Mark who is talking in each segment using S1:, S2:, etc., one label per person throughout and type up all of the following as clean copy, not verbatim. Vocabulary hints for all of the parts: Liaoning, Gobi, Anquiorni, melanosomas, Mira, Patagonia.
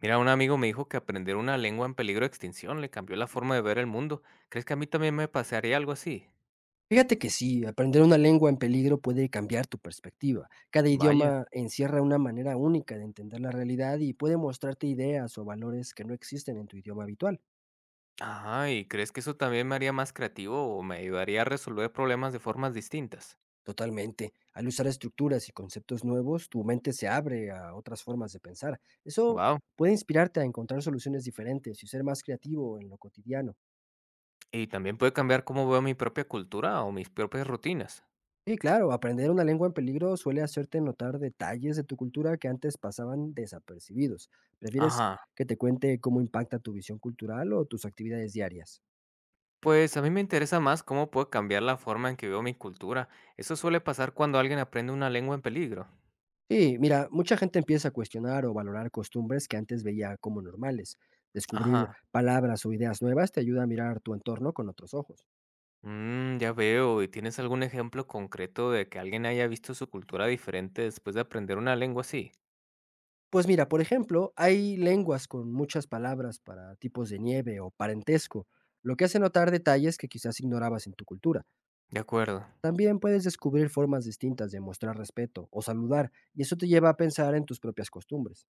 S1: Mira, un amigo me dijo que aprender una lengua en peligro de extinción le cambió la forma de ver el mundo. ¿Crees que a mí también me pasaría algo así?
S2: Fíjate que sí, aprender una lengua en peligro puede cambiar tu perspectiva. Cada
S1: Vaya.
S2: idioma encierra una manera única de entender la realidad y puede mostrarte ideas o valores que no existen en tu idioma habitual.
S1: Ajá, ¿y crees que eso también me haría más creativo o me ayudaría a resolver problemas de formas distintas?
S2: Totalmente. Al usar estructuras y conceptos nuevos, tu mente se abre a otras formas de pensar. Eso
S1: Wow.
S2: puede inspirarte a encontrar soluciones diferentes y ser más creativo en lo cotidiano.
S1: Y también puede cambiar cómo veo mi propia cultura o mis propias rutinas.
S2: Sí, claro, aprender una lengua en peligro suele hacerte notar detalles de tu cultura que antes pasaban desapercibidos. ¿Prefieres
S1: Ajá.
S2: que te cuente cómo impacta tu visión cultural o tus actividades diarias?
S1: Pues a mí me interesa más cómo puedo cambiar la forma en que veo mi cultura. Eso suele pasar cuando alguien aprende una lengua en peligro.
S2: Sí, mira, mucha gente empieza a cuestionar o valorar costumbres que antes veía como normales. Descubrir
S1: Ajá.
S2: palabras o ideas nuevas te ayuda a mirar tu entorno con otros ojos.
S1: Mm, ya veo. ¿Y tienes algún ejemplo concreto de que alguien haya visto su cultura diferente después de aprender una lengua así?
S2: Pues mira, por ejemplo, hay lenguas con muchas palabras para tipos de nieve o parentesco, lo que hace notar detalles que quizás ignorabas en tu cultura.
S1: De acuerdo.
S2: También puedes descubrir formas distintas de mostrar respeto o saludar, y eso te lleva a pensar en tus propias costumbres.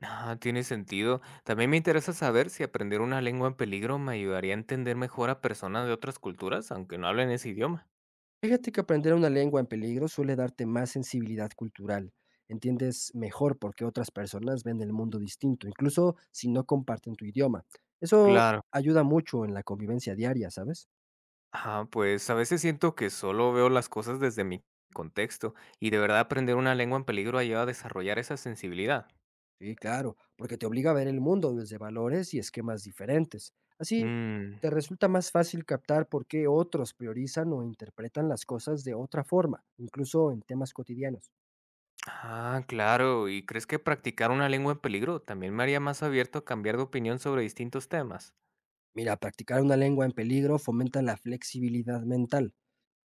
S1: Ah, tiene sentido. También me interesa saber si aprender una lengua en peligro me ayudaría a entender mejor a personas de otras culturas, aunque no hablen ese idioma.
S2: Fíjate que aprender una lengua en peligro suele darte más sensibilidad cultural. Entiendes mejor por qué otras personas ven el mundo distinto, incluso si no comparten tu idioma. Eso
S1: Claro.
S2: ayuda mucho en la convivencia diaria, ¿sabes?
S1: Ah, pues a veces siento que solo veo las cosas desde mi contexto y de verdad aprender una lengua en peligro ayuda a desarrollar esa sensibilidad.
S2: Sí, claro, porque te obliga a ver el mundo desde valores y esquemas diferentes. Así,
S1: Mm.
S2: te resulta más fácil captar por qué otros priorizan o interpretan las cosas de otra forma, incluso en temas cotidianos.
S1: Ah, claro. ¿Y crees que practicar una lengua en peligro también me haría más abierto a cambiar de opinión sobre distintos temas?
S2: Mira, practicar una lengua en peligro fomenta la flexibilidad mental.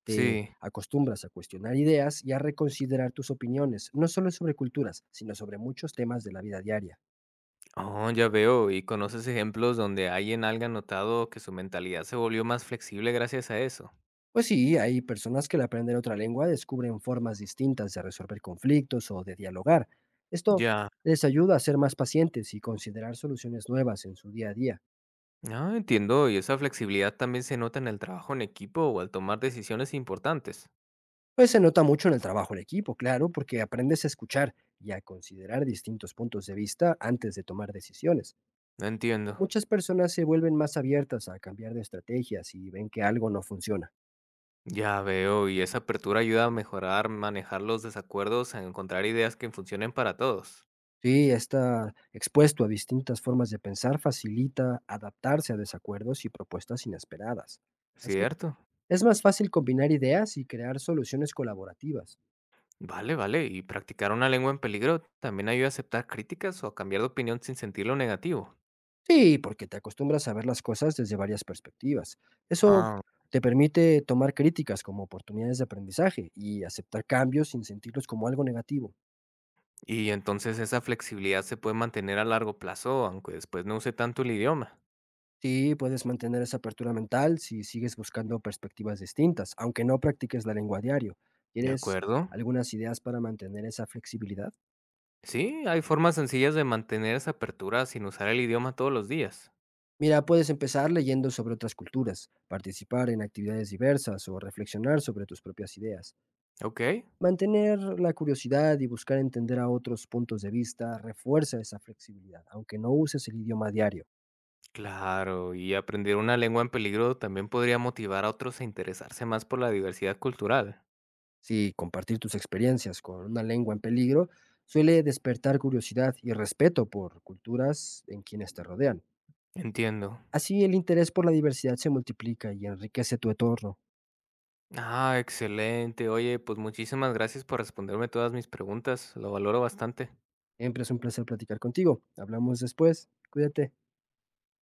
S2: Te
S1: Sí.
S2: acostumbras a cuestionar ideas y a reconsiderar tus opiniones, no solo sobre culturas, sino sobre muchos temas de la vida diaria.
S1: Oh, ya veo. ¿Y conoces ejemplos donde alguien haya notado que su mentalidad se volvió más flexible gracias a eso?
S2: Pues sí, hay personas que al aprender otra lengua descubren formas distintas de resolver conflictos o de dialogar. Esto
S1: Ya.
S2: les ayuda a ser más pacientes y considerar soluciones nuevas en su día a día.
S1: Ah, entiendo. ¿Y esa flexibilidad también se nota en el trabajo en equipo o al tomar decisiones importantes?
S2: Pues se nota mucho en el trabajo en equipo, claro, porque aprendes a escuchar y a considerar distintos puntos de vista antes de tomar decisiones.
S1: Entiendo.
S2: Muchas personas se vuelven más abiertas a cambiar de estrategias y ven que algo no funciona.
S1: Ya veo. ¿Y esa apertura ayuda a mejorar, manejar los desacuerdos, a encontrar ideas que funcionen para todos?
S2: Sí, estar expuesto a distintas formas de pensar facilita adaptarse a desacuerdos y propuestas inesperadas. Así
S1: ¿Cierto?
S2: es más fácil combinar ideas y crear soluciones colaborativas.
S1: Vale, vale. ¿Y practicar una lengua en peligro también ayuda a aceptar críticas o a cambiar de opinión sin sentirlo negativo?
S2: Sí, porque te acostumbras a ver las cosas desde varias perspectivas. Eso
S1: Ah.
S2: te permite tomar críticas como oportunidades de aprendizaje y aceptar cambios sin sentirlos como algo negativo.
S1: Y entonces esa flexibilidad se puede mantener a largo plazo, aunque después no use tanto el idioma.
S2: Sí, puedes mantener esa apertura mental si sigues buscando perspectivas distintas, aunque no practiques la lengua a diario.
S1: ¿De
S2: ¿Quieres
S1: acuerdo?
S2: algunas ideas para mantener esa flexibilidad?
S1: Sí, hay formas sencillas de mantener esa apertura sin usar el idioma todos los días.
S2: Mira, puedes empezar leyendo sobre otras culturas, participar en actividades diversas o reflexionar sobre tus propias ideas.
S1: Ok.
S2: Mantener la curiosidad y buscar entender a otros puntos de vista refuerza esa flexibilidad, aunque no uses el idioma a diario.
S1: Claro, y aprender una lengua en peligro también podría motivar a otros a interesarse más por la diversidad cultural.
S2: Si compartir tus experiencias con una lengua en peligro suele despertar curiosidad y respeto por culturas en quienes te rodean.
S1: Entiendo.
S2: Así el interés por la diversidad se multiplica y enriquece tu entorno.
S1: Ah, excelente. Oye, pues muchísimas gracias por responderme todas mis preguntas. Lo valoro bastante.
S2: Siempre es un placer platicar contigo. Hablamos después. Cuídate.